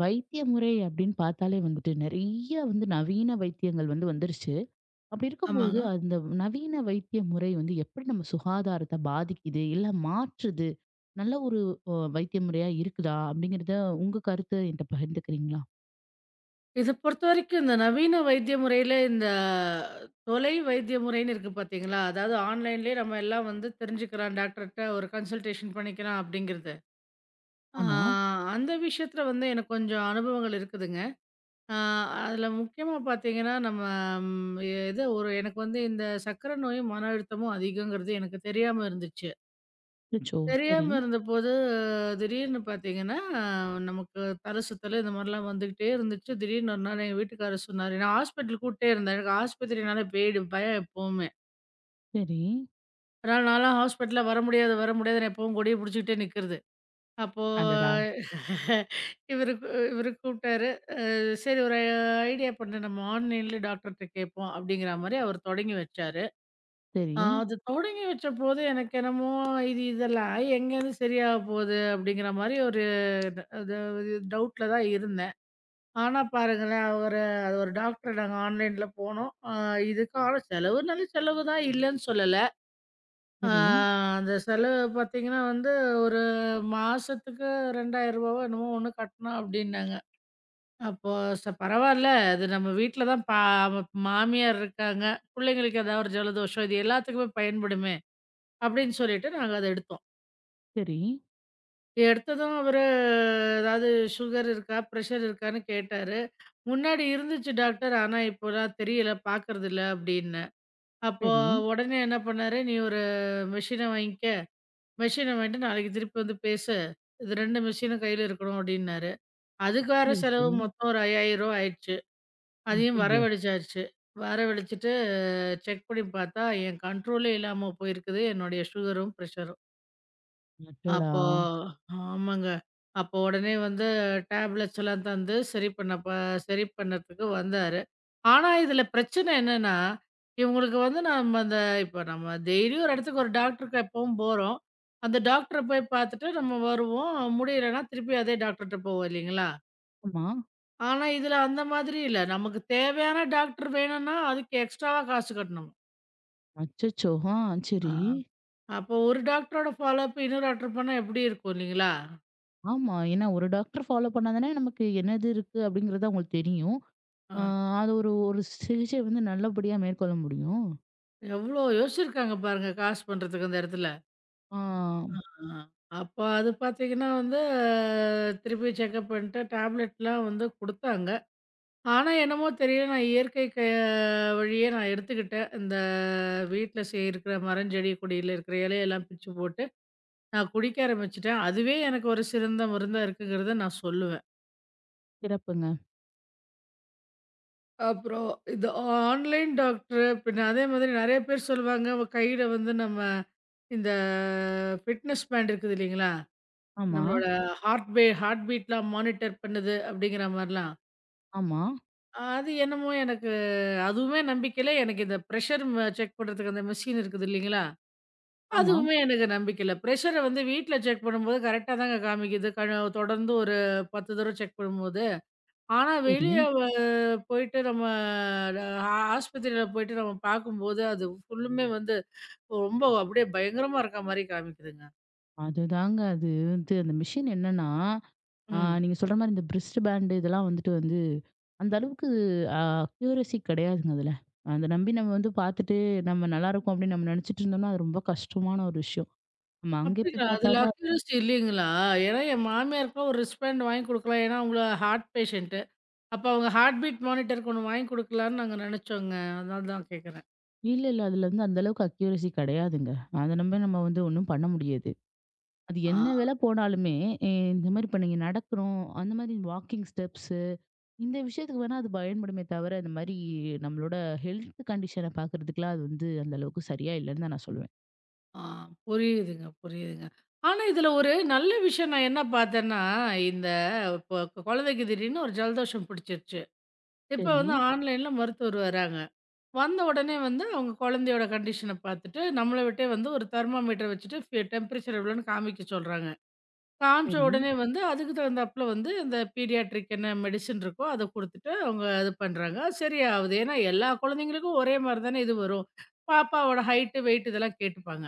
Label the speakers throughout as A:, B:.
A: வைத்திய முறை அப்படின்னு பார்த்தாலே வந்துட்டு நிறைய வந்து நவீன வைத்தியங்கள் வந்து வந்துருச்சு. அப்படி இருக்கும்போது,
B: ஆமாங்க.
A: அந்த நவீன வைத்திய முறை வந்து எப்படி நம்ம சுகாதாரத்த பாதிக்குது? இல்ல மாற்றுது? நல்ல ஒரு வைத்திய முறையா இருக்குதா? அப்படிங்கிறத உங்க கருத்து என்ட்ட பகிர்ந்துக்கிறீங்களா?
B: இத பொறுத்தவரைக்கும் இந்த நவீன வைத்திய முறையில இந்த தொலை வைத்திய முறைன்னு இருக்கு பார்த்தீங்களா? அதாவது ஆன்லைன்லேயே நம்ம எல்லாம் வந்து தெரிஞ்சுக்கிறோம் டாக்டர்ட்ட ஒரு கன்சல்டேஷன் பண்ணிக்கலாம் அப்படிங்கிறது. ஆ
A: ஆமா.
B: அந்த விஷயத்துல வந்து எனக்கு கொஞ்சம் அனுபவங்கள் இருக்குதுங்க. ஆ அதுல முக்கியமா பார்த்தீங்கன்னா, நம்ம ம் இது ஒரு எனக்கு வந்து இந்த சர்க்கரை நோயும், மன அழுத்தமும் அதிகங்கிறது எனக்கு தெரியாம இருந்துச்சு.
A: அச்சச்சோ! சரி,
B: தெரியாம இருந்தபோது, திடீர்னு பார்த்தீங்கன்னா, நமக்கு தல சுத்தலு இந்த மாரிலாம் வந்துகிட்டே இருந்துச்சு. திடீர்னு ஒரு நாள் எங்க வீட்டுக்காரர் சொன்னாரு. நான் ஹாஸ்பிட்டல் கூட்டே இருந்தேன். எனக்கு ஆஸ்பத்திரினாலே பேய்டு பயம் எப்பவுமே.
A: சரி.
B: அதனால நான்லாம் ஹாஸ்பிட்டல்ல வர முடியாது, வர முடியாதுன்னு எப்பவும் கொடிய புடிச்சுக்கிட்டே நிக்கிறது. அப்போ
A: அடடா!
B: இவரு கூ இவரு கூப்ட்டாரு. சரி ஒரு ஐடியா பண்ணு நம்ம ஆன்லைன்ல டாக்டர்ட்ட கேட்போம், அப்படிங்கிற மாரி அவர் தொடங்கி வச்சாரு.
A: சரி,
B: அது தொடங்கி வச்சபோது எனக்கு என்னமோ இது இதெல்லாம் எங்கேருந்து சரியாக போகுது? அப்படிங்கிற மாரி ஒரு ட அது இது டவுட்ல தான் இருந்தேன். ஆனா பாருங்களேன், ஒரு டாக்டர் நாங்க ஆன்லைன்ல போனோம். இதுக்கு ஆனா செலவு நல்ல செலவு தான் இல்லன்னு சொல்லல. ஆ
A: சரி,
B: அந்த செலவு பார்த்தீங்கன்னா வந்து ஒரு மாசத்துக்கு ரூ. 2000வோ என்னமோ ஒண்ணு கட்டணும் அப்படின்னாங்க. அப்போ பரவால்ல அது நம்ம வீட்ல தான் மாமியார் இருக்காங்க. பிள்ளைங்களுக்கு ஏதாவது ஒரு ஜலதோஷம் இது எல்லாத்துக்குமே பயன்படுமே! அப்படின்னு சொல்லிட்டு நாங்க அத எடுத்தோம்.
A: சரி,
B: எடுத்ததும் அவரு அதாவது சுகர் இருக்கா? பிரஷர் இருக்கான்னு கேட்டாரு. முன்னாடி இருந்துச்சு டாக்டர். ஆனா இப்போலாம் தெரியல, பார்க்கறதில்ல அப்படின்னேன். அப்போ
A: சரி,
B: உடனே என்ன பண்ணாரு, "நீ ஒரு மெஷின வாங்கிக்க. மெஷின வாங்கிட்டு நாளைக்கு திருப்பி வந்து பேசு. இது 2 மெஷினும் கையில இருக்கணும்" அப்படின்னாரு. அதுக்கு வர
A: சரி,
B: செலவு
A: சரி.
B: மொத்தம் ஒரு ரூ. 5000 ஆயிடுச்சு. அதையும்
A: ஐயய்யோ!
B: வரவழிச்சாச்சு. வரவழிச்சுட்டு செக் பண்ணி பார்த்தா, என் கண்ட்ரோலே இல்லாம போயிருக்குது என்னுடைய சுகரும், பிரஷரும்.
A: அடடா!
B: அப்போ ஆமாங்க. அப்போ உடனே வந்து டேப்லெட்ஸ் எல்லாம் தந்து சரி பண்ணதுக்கு வந்தாரு. ஆனா, இதில பிரச்சனை என்னன்னா, இவங்களுக்கு வந்து நம்ம அந்த இப்போ நம்ம டெய்லியும் ஒரு இடத்துக்கு ஒரு டாக்டருக்கு எப்பவும் போறோம். அந்த டாக்டர போய் பார்த்துட்டு நம்ம வருவோம். முடியலன்னா திருப்பி அதே டாக்டர்ட்ட போவோம் இல்லைங்களா?
A: ஆமா.
B: ஆனா, இதில அந்த மாதிரி இல்ல. நமக்கு தேவையான டாக்டர் வேணும்னா, அதுக்கு எக்ஸ்ட்ராவா காசு கட்டணும்.
A: அச்சச்சோ!
B: ஆ.
A: சரி.
B: அப்போ ஒரு டாக்டரோட ஃபாலோஅப் இன்னொரு டாக்டர் பண்ணா எப்படி இருக்கும் இல்லைங்களா?
A: ஆமா. ஏன்னா ஒரு டாக்டர் ஃபாலோ பண்ணா தானே நமக்கு என்னது இருக்கு அப்படிங்கிறது அவங்களுக்கு தெரியும்.
B: ஆ.
A: ஆ அது ஒரு ஒரு சிகிச்சை வந்து நல்லபடியா மேற்கொள்ள முடியும்.
B: எவ்வளோ யோசிச்சிருக்காங்க பாருங்க, காசு பண்றதுக்கு அந்த இடத்துல.
A: ஆ
B: ஆ. அப்ப அது பார்த்தீங்கன்னா வந்து, திருப்பி செக்கப் பண்ணிட்டு டேப்லெட்லாம் வந்து குடுத்தாங்க. ஆனா என்னமோ தெரியல, நான் இயற்கை வழியே நான் எடுத்துக்கிட்டேன். இந்த வீட்ல இருக்கிற மரஞ்செடி கொடியில இருக்கிற இலையெல்லாம் பிச்சு போட்டு, நான் குடிக்க ஆரம்பிச்சுட்டேன். அதுவே எனக்கு ஒரு சிறந்த மருந்தா இருக்குங்கிறத நான் சொல்லுவேன்.
A: சிறப்புங்க.
B: அப்புறம் இந்த ஆன்லைன் டாக்டர், பின்ன அதே மாதிரி நெறைய பேர் சொல்லுவாங்க, கையில வந்து நம்ம இந்த ஃபிட்னஸ் பேண்ட் இருக்குது இல்லைங்களா?
A: ஆமா,
B: நம்மளோட ஹார்ட் பீட்லாம் மானிட்டர் பண்ணுது அப்படிங்கிற மாரிலாம்.
A: ஆமா,
B: அது என்னமோ எனக்கு அதுவுமே நம்பிக்கையில, எனக்கு இந்த பிரஷர் செக் பண்ணுறதுக்கு அந்த மெஷின் இருக்குது இல்லைங்களா?
A: ஆமா.
B: அதுவுமே எனக்கு நம்பிக்கையில்ல. பிரஷர வந்து வீட்ல செக் பண்ணும்போது கரெக்ட்டா தாங்க காமிக்குது. தொடர்ந்து ஒரு 10 தடவ செக் பண்ணும்போது. ஆனா
A: சரி.
B: வெளிய போயிட்டு நம்ம ஆஸ்பத்திரியில போயிட்டு நம்ம பார்க்கும்போது, அது ஃபுல்லுமே வந்து ரொம்ப அப்படியே பயங்கரமா இருக்க மாரி காமிக்குதுங்க.
A: அதுதாங்க அது வந்து அந்த மிஷின் என்னன்னா,
B: ம்.
A: நீங்க சொல்ற மாரி இந்த பிரிஸ்ட் பேண்ட் இதெல்லாம் வந்துட்டு வந்து அந்த அளவுக்கு அ அக்யூரசி கிடையாதுங்க அதுல. அத நம்பி நம்ம வந்து பார்த்துட்டு நம்ம நல்லாருக்கும் அப்படின்னு நம்ம நினைச்சிட்டு இருந்தோம்னா, அது ரொம்ப கஷ்டமான ஒரு விஷயம். நம்ம அங்கே
B: அப்படிங்களா?
A: போய் பார்த்தா
B: அதுல
A: தான்
B: அக்யூரசி இல்லைங்களா? ஏன்னா என் மாமியாருக்குலாம் ஒரு ரிஸ்பாண்ட் வாங்கி குடுக்கலாம். ஏன்னா அவங்க ஹார்ட் பேஷண்ட்டு. அப்ப அவங்க ஹார்ட் பீட் மானிட்டருக்கு ஒண்ணு வாங்கி குடுக்கலான்னு நாங்க நெனச்சோங்க. அதனால தான் கேட்குறேன்.
A: இல்ல, இல்ல. அதுல வந்து அந்த அளவுக்கு அக்யூரசி கிடையாதுங்க. அத நம்பி நம்ம வந்து ஒண்ணும் பண்ண முடியாது. அது என்ன
B: ஆ,
A: விலை போனாலுமே, இந்த மாரி இப்ப நீங்க நடக்கிறோம், அந்த மாரி வாக்கிங் ஸ்டெப்ஸு, இந்த விஷயத்துக்கு வேணா அது பயன்படுமே தவிர, இந்த மாரி நம்மளோட ஹெல்த் கண்டிஷன பார்க்கறதுக்குலாம் அது வந்து அந்த அளவுக்கு சரியா இல்லன்னு தான் நான் சொல்லுவேன்.
B: ஆ. புரியுதுங்க, புரியுதுங்க. ஆனா இதுல ஒரு நல்ல விஷயம் நான் என்ன பார்த்தேன்னா, இந்த இப்போ குழந்தைக்கு திடீர்னு ஒரு ஜலதோஷம் பிடிச்சிருச்சு. இப்ப
A: சரி,
B: வந்து ஆன்லைன்ல மருத்துவர் வராங்க. வந்த உடனே வந்து அவங்க குழந்தையோட கண்டிஷன பார்த்துட்டு, நம்மள விட்டே வந்து ஒரு தெர்மாமீட்டர் வச்சுட்டு ஃபீ டெம்பரேச்சர் எவ்வளோன்னு காமிக்க சொல்றாங்க. காமிச்ச
A: சரி.
B: உடனே வந்து அதுக்கு தகுந்தாப்புல வந்து அந்த பீடியாட்ரிக் என்ன மெடிசின் இருக்கோ அத குடுத்துட்டு அவங்க இது பண்றாங்க. சரியாவுது. ஏன்னா எல்லா குழந்தைங்களுக்கும் ஒரே மாரி தானே இது வரும். பாப்பாவோட ஹைட்டு, வெயிட் இதெல்லாம் கேட்டுப்பாங்க.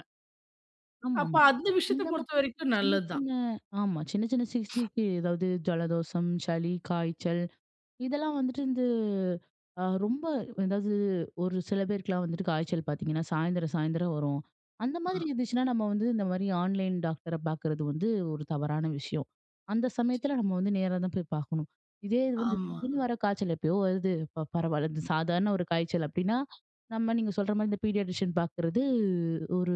B: அப்ப
A: ஆமாமா.
B: அந்த ஆமா. விஷயத்த
A: இந்த மாதிரி
B: பொறுத்தவரைக்கும்
A: சின்ன,
B: நல்லது தான்.
A: சின்ன ஆமா. சின்ன, சின்ன சிகிச்சைக்கு, அதாவது ஜலதோஷம், சளி, காய்ச்சல் இதெல்லாம் வந்துட்டு இந்த ரொம்ப அதாவது ஒரு சில பேருக்குலாம் வந்துட்டு காய்ச்சல் பார்த்தீங்கன்னா, சாயந்தரம் சாயந்தரம் வரும். அந்த
B: ஆ,
A: மாதிரி இருந்துச்சுன்னா, நம்ம வந்து இந்த மாரி ஆன்லைன் டாக்டர பார்க்குறது வந்து ஒரு தவறான விஷயம். அந்த சமயத்துல நம்ம வந்து நேரா தான் போய் பார்க்கணும். இதே இது வந்து திடீர்னு
B: ஆமாங்க.
A: வர காய்ச்சல் எப்பயோ வருது, பரவால்ல. இது சாதாரண ஒரு காய்ச்சல் அப்டின்னா, நீங்க சொல்ற மாரி இந்த பீடியாட்ரிஷியன் பார்க்குறது ஒரு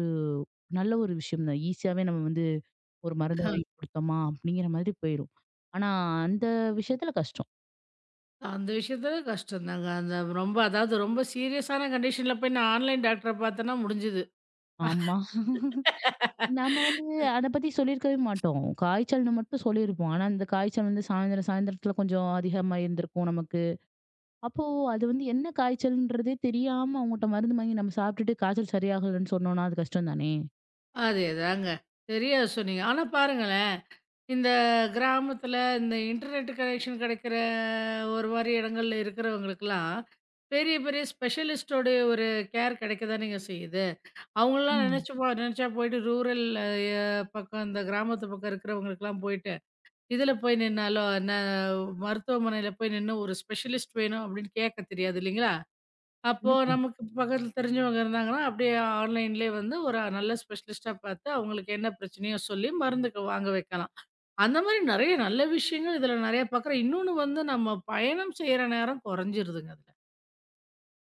A: நல்ல ஒரு விஷயம் தான். ஈஸியாவே நம்ம வந்து ஒரு மருந்த வாங்கி குடுத்தோமா, அப்டிங்கிற மாதிரி போயிரும். ஆனா, அந்த விஷயத்துல கஷ்டம்.
B: அந்த விஷயத்துல கஷ்டம் தாங்க. அந்த ரொம்ப அதாவது ரொம்ப சீரியஸான கண்டிஷன்ல போய் நான் ஆன்லைன் டாக்டர பார்த்தேன்னா முடிஞ்சுது.
A: ஆமா. நாம வந்து அத பத்தி சொல்லியிருக்கவே மாட்டோம். காய்ச்சல்னு மட்டும் சொல்லியிருப்போம். ஆனா, அந்த காய்ச்சல் வந்து சாயந்திரம் சாயந்திரத்துல கொஞ்சம் அதிகமா இருந்திருக்கும் நமக்கு. அப்போ அது வந்து என்ன காய்ச்சல்ன்றதே தெரியாம அவங்கட்ட மருந்து வாங்கி நம்ம சாப்பிட்டுட்டு காய்ச்சல் சரியாகலன்னு சொன்னோம்னா, அது கஷ்டம் தானே!
B: அதேதாங்க. சரியா சொன்னீங்க. ஆனா பாருங்களேன் இந்த கிராமத்துல இந்த இன்டர்நெட் கனெக்ஷன் கிடைக்கிற ஒரு மாரி இடங்கள்ல இருக்கிறவங்களுக்கெல்லாம், பெரிய பெரிய ஸ்பெஷலிஸ்ட்டோடைய ஒரு கேர் கிடைக்க தான் நீங்க செய்யுது. அவங்கலாம்
A: ஆமா.
B: நினைச்சு போ நினைச்சா போயிட்டு ரூரல் எ பக்கம் இந்த கிராமத்து பக்கம் இருக்கிறவங்களுக்கெல்லாம் போயிட்டு, இதில போய் நின்னாலோ, என்ன மருத்துவமனையில போய் நின்னு ஒரு ஸ்பெஷலிஸ்ட் வேணும் அப்படின்னு கேட்க தெரியாது இல்லைங்களா? அப்போ
A: கண்டிப்பா,
B: நமக்கு பக்கத்துல தெரிஞ்சவங்க இருந்தாங்கன்னா, அப்படியே ஆன்லைன்லேயே வந்து ஒரு நல்ல ஸ்பெஷலிஸ்ட்டா பார்த்து அவங்களுக்கு என்ன பிரச்சனையோ சொல்லி மருந்துக்கு வாங்க வைக்கலாம். அந்த மாரி நெறைய நல்ல விஷயங்கள் இதுல நெறைய பாக்குறேன். இன்னொன்னு வந்து நம்ம பயணம் செய்ற நேரம் கொறைஞ்சிருதுங்க அதுல.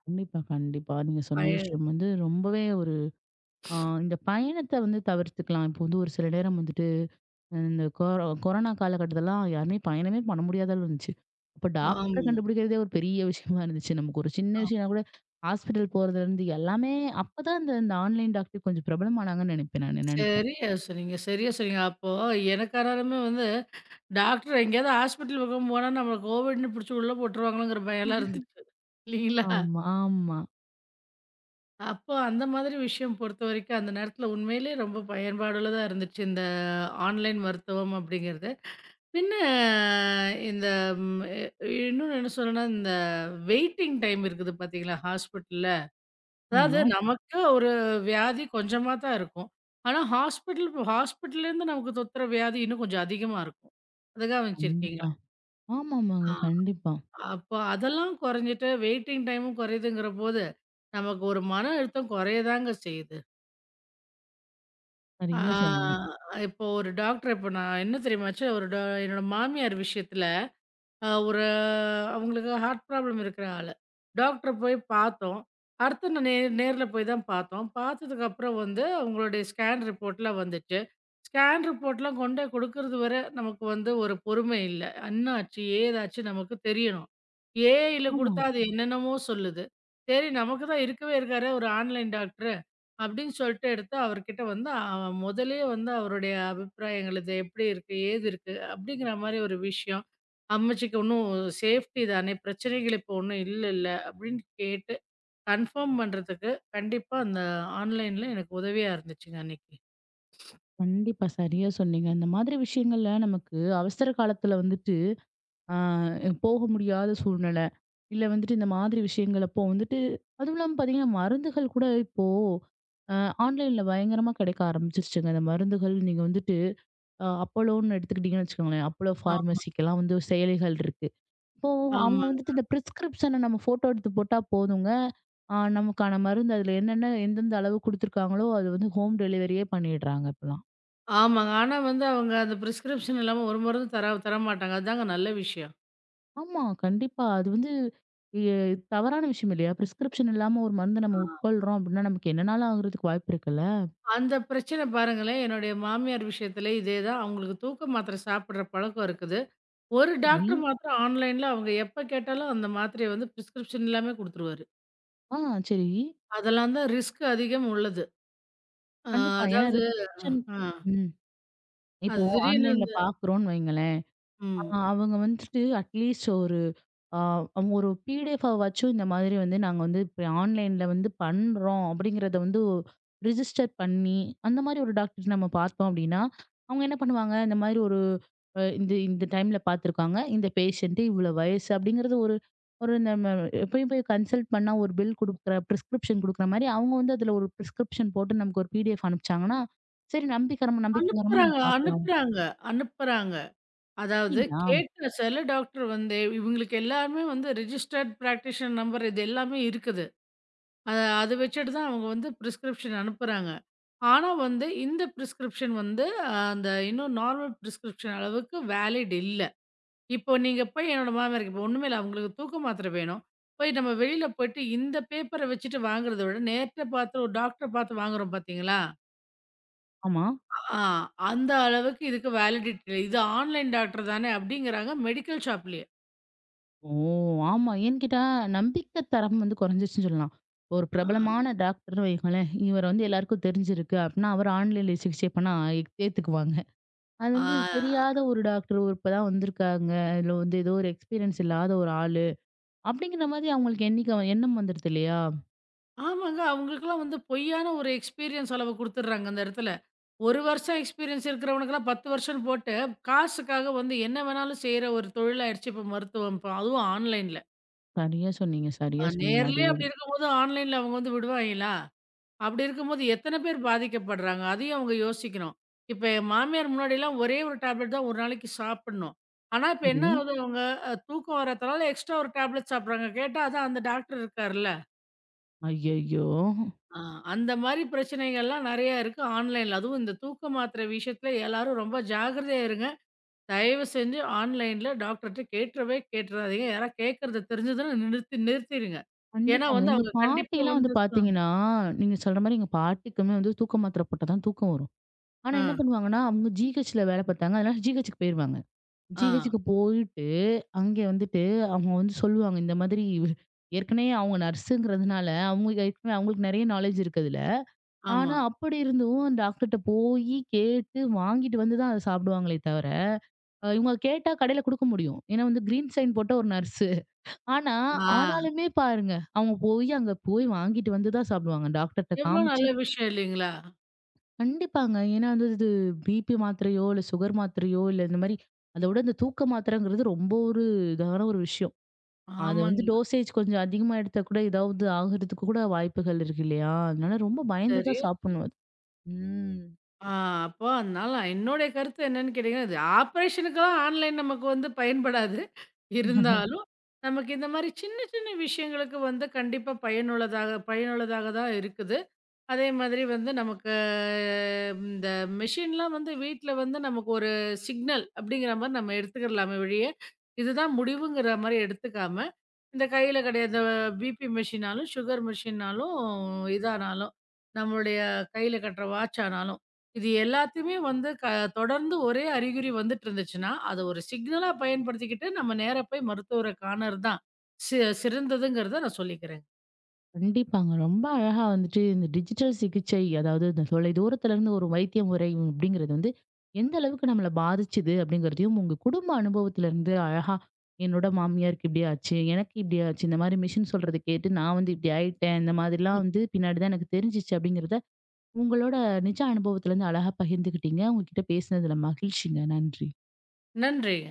A: கண்டிப்பா, கண்டிப்பா. நீங்க சொன்ன
B: பய
A: விஷயம் வந்து ரொம்பவே ஒரு அ இந்த பயணத்த வந்து தவிர்த்துக்கலாம். இப்போ வந்து ஒரு சில நேரம் வந்துட்டு இந்த கொரோனா காலகட்டத்திலலாம் யாருமே பயணமே பண்ண முடியாத அளவு இருந்துச்சு. அப்ப டாக்டர
B: ஆமாங்க.
A: கண்டுபிடிக்கிறதே ஒரு பெரிய விஷயமா இருந்துச்சு. நமக்கு ஒரு சின்ன
B: ஆமா.
A: விஷயம்னா கூட ஹாஸ்பிட்டல் போறதுலருந்து எல்லாமே அப்பதான் இந்த இந்த ஆன்லைன் டாக்டர் கொஞ்சம் பிரபலமானாங்கன்னு நினைப்பேன் நானு நினைக்கிறேன்.
B: சரியா சொன்னீங்க, சரியா சொன்னீங்க. அப்போ எனக்கானாலுமே வந்து டாக்டர் எங்கேயாவது ஹாஸ்பிட்டல் பக்கம் போனா நம்மள கோவிட்ன்னு புடிச்சு உள்ள போட்டுருவாங்களோங்கிற பயம்லாம் இருந்துச்சு. இல்லீங்களா?
A: ஆமா, ஆமா,
B: அப்போ அந்த மாதிரி விஷயம் பொறுத்தவரைக்கும் அந்த நேரத்துல உண்மையிலேயே ரொம்ப பயன்பாடுள்ளதா இருந்துச்சு இந்த ஆன்லைன் மருத்துவம் அப்படிங்கிறது. பின்ன இந்த ம், எ இன்னொன்னு என்ன சொல்றேன்னா, இந்த வெயிட்டிங் டைம் இருக்குது பார்த்தீங்களா, ஹாஸ்பிட்டல்ல. அதாவது
A: ஆமா.
B: நமக்கு ஒரு வியாதி கொஞ்சமா தான் இருக்கும். ஆனா ஹாஸ்பிட்டல் ஹாஸ்பிட்டல்லேருந்து நமக்கு தொத்துற வியாதி இன்னும் கொஞ்சம் அதிகமா இருக்கும். அத கவனிச்சிருக்கீங்களா?
A: கண்டிப்பா. ஆமாமாங்க.
B: ஆ
A: கண்டிப்பா.
B: அப்போ அதெல்லாம் குறைஞ்சிட்டு வெயிட்டிங் டைமும் குறையுதுங்கிறபோது, நமக்கு ஒரு மன அழுத்தம் குறையதாங்க செய்யுது. ஆ
A: சரியா சொன்னீங்க.
B: இப்போ ஒரு டாக்டர் இப்போ நான் என்ன தெரியுமாச்சு, ஒரு என்னோட மாமியார் விஷயத்தில அ ஒரு அவங்களுக்கு ஹார்ட் ப்ராப்ளம் இருக்கிற ஆளு. டாக்டர போய் பார்த்தோம். அடுத்து நான் நேர்ல போய் தான் பார்த்தோம். பார்த்ததுக்கப்புறம் வந்து அவங்களுடைய ஸ்கேன் ரிப்போர்ட்லாம் வந்துச்சு. ஸ்கேன் ரிப்போர்ட்லாம் கொண்டு போய் குடுக்கறது வர நமக்கு வந்து ஒரு பொறுமை இல்ல. என்னாச்சு? ஏதாச்சு? நமக்கு தெரியணும். ஏஐல
A: ஆமா.
B: குடுத்தா அது என்னென்னமோ சொல்லுது. சரி நமக்கு தான் இருக்கவே இருக்காரே ஒரு ஆன்லைன் டாக்டரு. அப்படின்னு சொல்லிட்டு எடுத்து அவர்கிட்ட வந்து முதல்லயே வந்து அவருடைய அபிப்பிராயங்கள் இது எப்படி இருக்கு? ஏது இருக்கு? அப்படிங்கிற மாரி ஒரு விஷயம். அம்மச்சிக்கு ஒன்னும் சேஃப்டி தானே, பிரச்சனைகள் இப்போ ஒன்னும் இல்லல்ல. அப்படின்னு கேட்டு கன்ஃபார்ம் பண்றதுக்கு கண்டிப்பா அந்த ஆன்லைன்ல எனக்கு உதவியா இருந்துச்சுங்க அன்னைக்கு.
A: கண்டிப்பா. சரியா சொன்னீங்க. இந்த மாதிரி விஷயங்கள்ல நமக்கு அவசர காலத்துல வந்து ஆ போக முடியாத சூழ்நிலை. இல்ல வந்துட்டு இந்த மாதிரி விஷயங்களப்போ வந்துட்டு அதுவும் இல்லாம பார்த்தீங்கன்னா, மருந்துகள் கூட இப்போ அ ஆன்லைன்ல பயங்கரமா கிடைக்க ஆரம்பிச்சிருச்சுங்க. அந்த மருந்துகள் நீங்க வந்துட்டு அப்போலோன்னு எடுத்துக்கிட்டீங்கன்னு வச்சுக்கோங்களேன். அப்போலோ
B: ஆ
A: ஃபார்மசிக்கெல்லாம் வந்து செயலிகள் இருக்கு. இப்போ அவங்க
B: ஆமாங்க.
A: வந்துட்டு இந்த பிரிஸ்கிரிப்ஷன நம்ம ஃபோட்டோ எடுத்து போட்டா போதுங்க. நமக்கான மருந்து அதில என்னென்ன எந்தெந்த அளவு குடுத்துருக்காங்களோ, அது வந்து ஹோம் டெலிவரியே பண்ணிடுறாங்க இப்பலாம்.
B: ஆமாங்க. ஆனா வந்து அவங்க அந்த பிரிஸ்கிரிப்ஷன் இல்லாம ஒரு மருந்து தர தரமாட்டாங்க. அதாங்க நல்ல விஷயம்.
A: ஆமா. கண்டிப்பா. அது வந்து எ தவறான விஷயம் இல்லையா? பிரிஸ்கிரிப்ஷன் இல்லாம ஒரு மருந்து நம்ம
B: ஆ.
A: உட்கொள்றோம் அப்படின்னா, நமக்கு என்னனாலும் ஆகுறதுக்கு வாய்ப்பு இருக்குல்ல?
B: அந்த பிரச்சனை பாருங்களேன், என்னுடைய மாமியார் விஷயத்துல இதே தான். அவங்களுக்கு தூக்க மாத்திரை சாப்பிடுற பழக்கம் இருக்குது. ஒரு
A: சரி.
B: டாக்டர் மாத்திரம் ஆன்லைன்ல அவங்க எப்ப கேட்டாலும் அந்த மாத்திரைய வந்து பிரிஸ்கிரிப்ஷன் இல்லாம குடுத்துருவாரு.
A: ஆ சரி.
B: அதெல்லாம் தான் ரிஸ்க் அதிகம் உள்ளது. அ
A: கண்டிப்பா. ஏன்னா
B: அதாவது
A: ரிசப்ஷன்
B: அ.
A: ம். இப்போ
B: அது திடீர்னு
A: ஆன்லைன்ல
B: வந்து
A: பார்க்குறோம்னு வைங்களேன். ஆ,
B: ம்.
A: அவங்க வந்துட்டு அட்லீஸ்ட் ஒரு ஆ, அவங்க ஒரு PDFஆவாச்சும் இந்த மாதிரி வந்து நாங்க வந்து இப்ப ஆன்லைன்ல வந்து பண்றோம் அப்படிங்கிறத வந்து ரிஜிஸ்டர் பண்ணி அந்த மாதிரி ஒரு டாக்டர் நம்ம பார்த்தோம் அப்படின்னா, அவங்க என்ன பண்ணுவாங்க, இந்த மாதிரி ஒரு இந்த இந்த டைம்ல பார்த்துருக்காங்க. இந்த பேஷண்ட் இவ்வளோ வயசு அப்படிங்கிறது ஒரு ஒரு நம்ம போய் போய் கன்சல்ட் பண்ணா ஒரு பில் குடுக்குற பிரிஸ்கிரிப்ஷன் குடுக்குற மாதிரி அவங்க வந்து அதில ஒரு பிரிஸ்கிரிப்ஷன் போட்டு நமக்கு ஒரு PDF அனுப்பிச்சாங்கன்னா, சரி நம்பிக்கைகரமா நம்ம
B: அனுப்புறாங்க,
A: பார்க்கலாம்.
B: அனுப்புறாங்க, அனுப்புறாங்க. அதாவது
A: அப்படிங்களா?
B: கேட்கிற சில டாக்டர் வந்து இவங்களுக்கு எல்லாருமே வந்து ரிஜிஸ்டர்ட் பிராக்டிஷன் நம்பர் இது எல்லாமே இருக்குது. அத அத வச்சுட்டு தான் அவங்க வந்து பிரிஸ்கிரிப்ஷன் அனுப்புறாங்க. ஆனா வந்து இந்த பிரிஸ்கிரிப்ஷன் வந்து அந்த இன்னும் நார்மல் பிரிஸ்கிரிப்ஷன் அளவுக்கு வேலிட் இல்ல. இப்போ நீங்க போய் என்னோட மாமியாருக்கு இப்போ ஒண்ணுமே இல்ல அவங்களுக்கு தூக்க மாத்திரை வேணும். போய் நம்ம வெளியில போயிட்டு இந்த பேப்பர வச்சுட்டு வாங்குறத விட நேர்ல பார்த்து ஒரு டாக்டர பார்த்து வாங்குறோம் பார்த்தீங்களா?
A: ஆமா.
B: ஆ, அந்த அளவுக்கு இதுக்கு வேலிடிட்டி இல்ல. இது ஆன்லைன் டாக்டர் தானே அப்படிங்கிறாங்க மெடிக்கல் ஷாப்லயே.
A: ஓ! ஆமா. ஏன்னு கேட்டா, நம்பிக்கை தரம் வந்து குறைஞ்சிருச்சுன்னு சொல்லலாம். ஒரு
B: ஆ,
A: பிரபலமான டாக்டர்ன்னு வையுங்களேன், இவர வந்து எல்லாருக்கும் தெரிஞ்சிருக்கு அப்டின்னா, அவர் ஆன்லைன்ல சிகிச்சை பண்ணா ஏத்துக்குவாங்க. அது வந்து
B: ஆ.
A: தெரியாத ஒரு டாக்டர் ஒரு இப்பதான் வந்திருக்காங்க. இதுல வந்து ஏதோ ஒரு எக்ஸ்பீரியன்ஸ் இல்லாத ஒரு ஆளு அப்டிங்கிற மாதிரி அவங்களுக்கு எண்ணம் வந்துருது இல்லையா?
B: ஆமாங்க. அவங்களுக்கெல்லாம் வந்து பொய்யான ஒரு எக்ஸ்பீரியன்ஸ் அளவு குடுத்துடுறாங்க அந்த இடத்துல. 1 வருஷம் எக்ஸ்பீரியன்ஸ் இருக்கிறவனுக்கெல்லாம் 10 வருஷம்னு போட்டு, காசுக்காக வந்து என்ன வேணாலும் செய்ற ஒரு தொழிலாயிடுச்சு இப்ப மருத்துவம். இப்ப அதுவும் ஆன்லைன்ல.
A: சரியா சொன்னீங்க, சரியா சொன்னீங்க.
B: நேர்லயே அப்படி
A: அதேதான்.
B: இருக்கும்போது ஆன்லைன்ல அவங்க வந்து விடுவாய்ங்களா? அப்படி இருக்கும்போது எத்தனை பேர் பாதிக்கப்படுறாங்க? அதையும் அவங்க யோசிக்கணும். இப்ப என் மாமியார் முன்னாடிலாம் ஒரே ஒரு டேப்லெட் தான் ஒரு நாளைக்கு சாப்பிடணும். ஆனா, இப்ப
A: சரி.
B: என்ன ஆகுது அவங்க தூக்கம் வராதனால எக்ஸ்ட்ரா ஒரு டேப்லெட் சாப்பிடுறாங்க. கேட்டா அதான் அந்த டாக்டர் இருக்கார்ல.
A: ஐய்யய்யோ!
B: ஆ அந்த மாரி பிரச்சனைகள்லாம் நெறையா இருக்கு ஆன்லைன்ல. அதுவும் இந்த தூக்க மாத்திரை விஷயத்துல எல்லாரும் ரொம்ப ஜாக்கிரதையா இருங்க. தயவு செஞ்சு ஆன்லைன்ல டாக்டர்ட்ட கேட்றவே கேட்றாதீங்க. யாரா கேட்கறது தெரிஞ்சதுன்னா நிறுத்தி நிறுத்திருங்க. ஏன்னா
A: கண்டிப்பாங்க.
B: வந்து
A: எங்க
B: அவங்க கண்டிப்பா
A: பாட்டிலாம் வந்து
B: வந்து
A: பார்த்தீங்கன்னா, நீங்க சொல்ற மாரி எங்க பாட்டிக்குமே வந்து தூக்க மாத்திரை போட்டா தான் தூக்கம் வரும். ஆனா
B: ஆ,
A: என்ன பண்ணுவாங்கன்னா, அவங்க ஜிஹெச்ல வேல பார்த்தாங்க. அதனால GHக்கு போயிருவாங்க.
B: ஆ,
A: GHக்கு போயிட்டு, அங்கே வந்துட்டு அவங்க வந்து சொல்லுவாங்க. இந்த மாதிரி ஏற்கனவே அவங்க நர்ஸுங்கிறதுனால, அவங்க ஏற்கனவே அவங்களுக்கு நெறைய நாலேட்ஜ் இருக்கு அதுல.
B: ஆமா.
A: ஆனா அப்படி இருந்தும் டாக்டர்ட்ட போயி கேட்டு வாங்கிட்டு வந்து தான் அத சாப்பிடுவாங்களே தவிர, இவங்க கேட்டா கடையில குடுக்க முடியும். ஏன்னா வந்து கிரீன் சைன் போட்ட ஒரு நர்ஸு. ஆனா
B: ஆ.
A: ஆனாலுமே பாருங்க, அவங்க போய் அங்க போய் வாங்கிட்டு வந்து தான் சாப்பிடுவாங்க. டாக்டர்ட்ட
B: எவ்வளோ
A: காமிச்சு
B: நல்ல விஷயம் இல்லைங்களா?
A: கண்டிப்பாங்க. ஏன்னா வந்து இது பிபி மாத்திரையோ, இல்ல சுகர் மாத்திரையோ, இல்ல இந்த மாரி அதோட இந்த தூக்க மாத்திரைங்கிறது ரொம்ப ஒரு இதான ஒரு விஷயம். அது வந்து
B: ஆமாங்க.
A: டோசேஜ் கொஞ்சம் அதிகமா எடுத்தா கூட ஏதாவது ஆகுறதுக்கு கூட வாய்ப்புகள் இருக்கு இல்லையா? அதனால ரொம்ப பயந்து
B: சரியா
A: தான்
B: சொன்னீங்க.
A: சாப்பிடணும் அது. ம்.
B: ஆ அப்போ அதனால என்னுடைய கருத்து என்னன்னு கேட்டீங்கன்னா, இது ஆப்ரேஷனுக்கெல்லாம் ஆன்லைன் நமக்கு வந்து பயன்படாது. இருந்தாலும், நமக்கு இந்த மாரி சின்ன சின்ன விஷயங்களுக்கு வந்து கண்டிப்பா பயனுள்ளதாக பயனுள்ளதாக தான் இருக்குது. அதே மாதிரி வந்து நமக்கு இந்த மெஷின்லாம் வந்து வீட்ல வந்து நமக்கு ஒரு சிக்னல் அப்படிங்கிற மாரி நம்ம எடுத்துக்கிறலாமே ஒழிய, இதுதான் முடிவுங்கிற மாரி எடுத்துக்காம, இந்த கையில கிடையாது பிபி மெஷினாலும், சுகர் மெஷினாலும், இதானாலும், நம்மளுடைய கையில கட்டுற வாட்ச் ஆனாலும், இது எல்லாத்தையுமே வந்து தொடர்ந்து ஒரே அறிகுறி வந்துட்டு இருந்துச்சுன்னா, அத ஒரு சிக்னலா பயன்படுத்திக்கிட்டு நம்ம நேரா போய் மருத்துவர காணறது தான் சி சிறந்ததுங்கிறத நான் சொல்லிக்கிறேன்.
A: கண்டிப்பாங்க. ரொம்ப அழகா வந்துட்டு இந்த டிஜிட்டல் சிகிச்சை, அதாவது இந்த தொலைதூரத்துல இருந்து ஒரு வைத்திய முறை அப்படிங்கிறது வந்து, எந்த அளவுக்கு நம்மள பாதிச்சுது அப்படிங்கிறதையும், உங்க குடும்ப அனுபவத்துல இருந்து அழகா, என்னோட மாமியாருக்கு இப்படி ஆச்சு, எனக்கு இப்படி ஆச்சு, இந்த மாரி மிஷின் சொல்றத கேட்டு நான் வந்து இப்படி ஆயிட்டேன், இந்த மாதிரிலாம் வந்து பின்னாடி தான் எனக்கு தெரிஞ்சுச்சு அப்படிங்கிறத, உங்களோட நிஜ அனுபவத்துல இருந்து அழகா பகிர்ந்துக்கிட்டீங்க. உங்ககிட்ட பேசினதுல மகிழ்ச்சிங்க. நன்றி.
B: நன்றிங்க.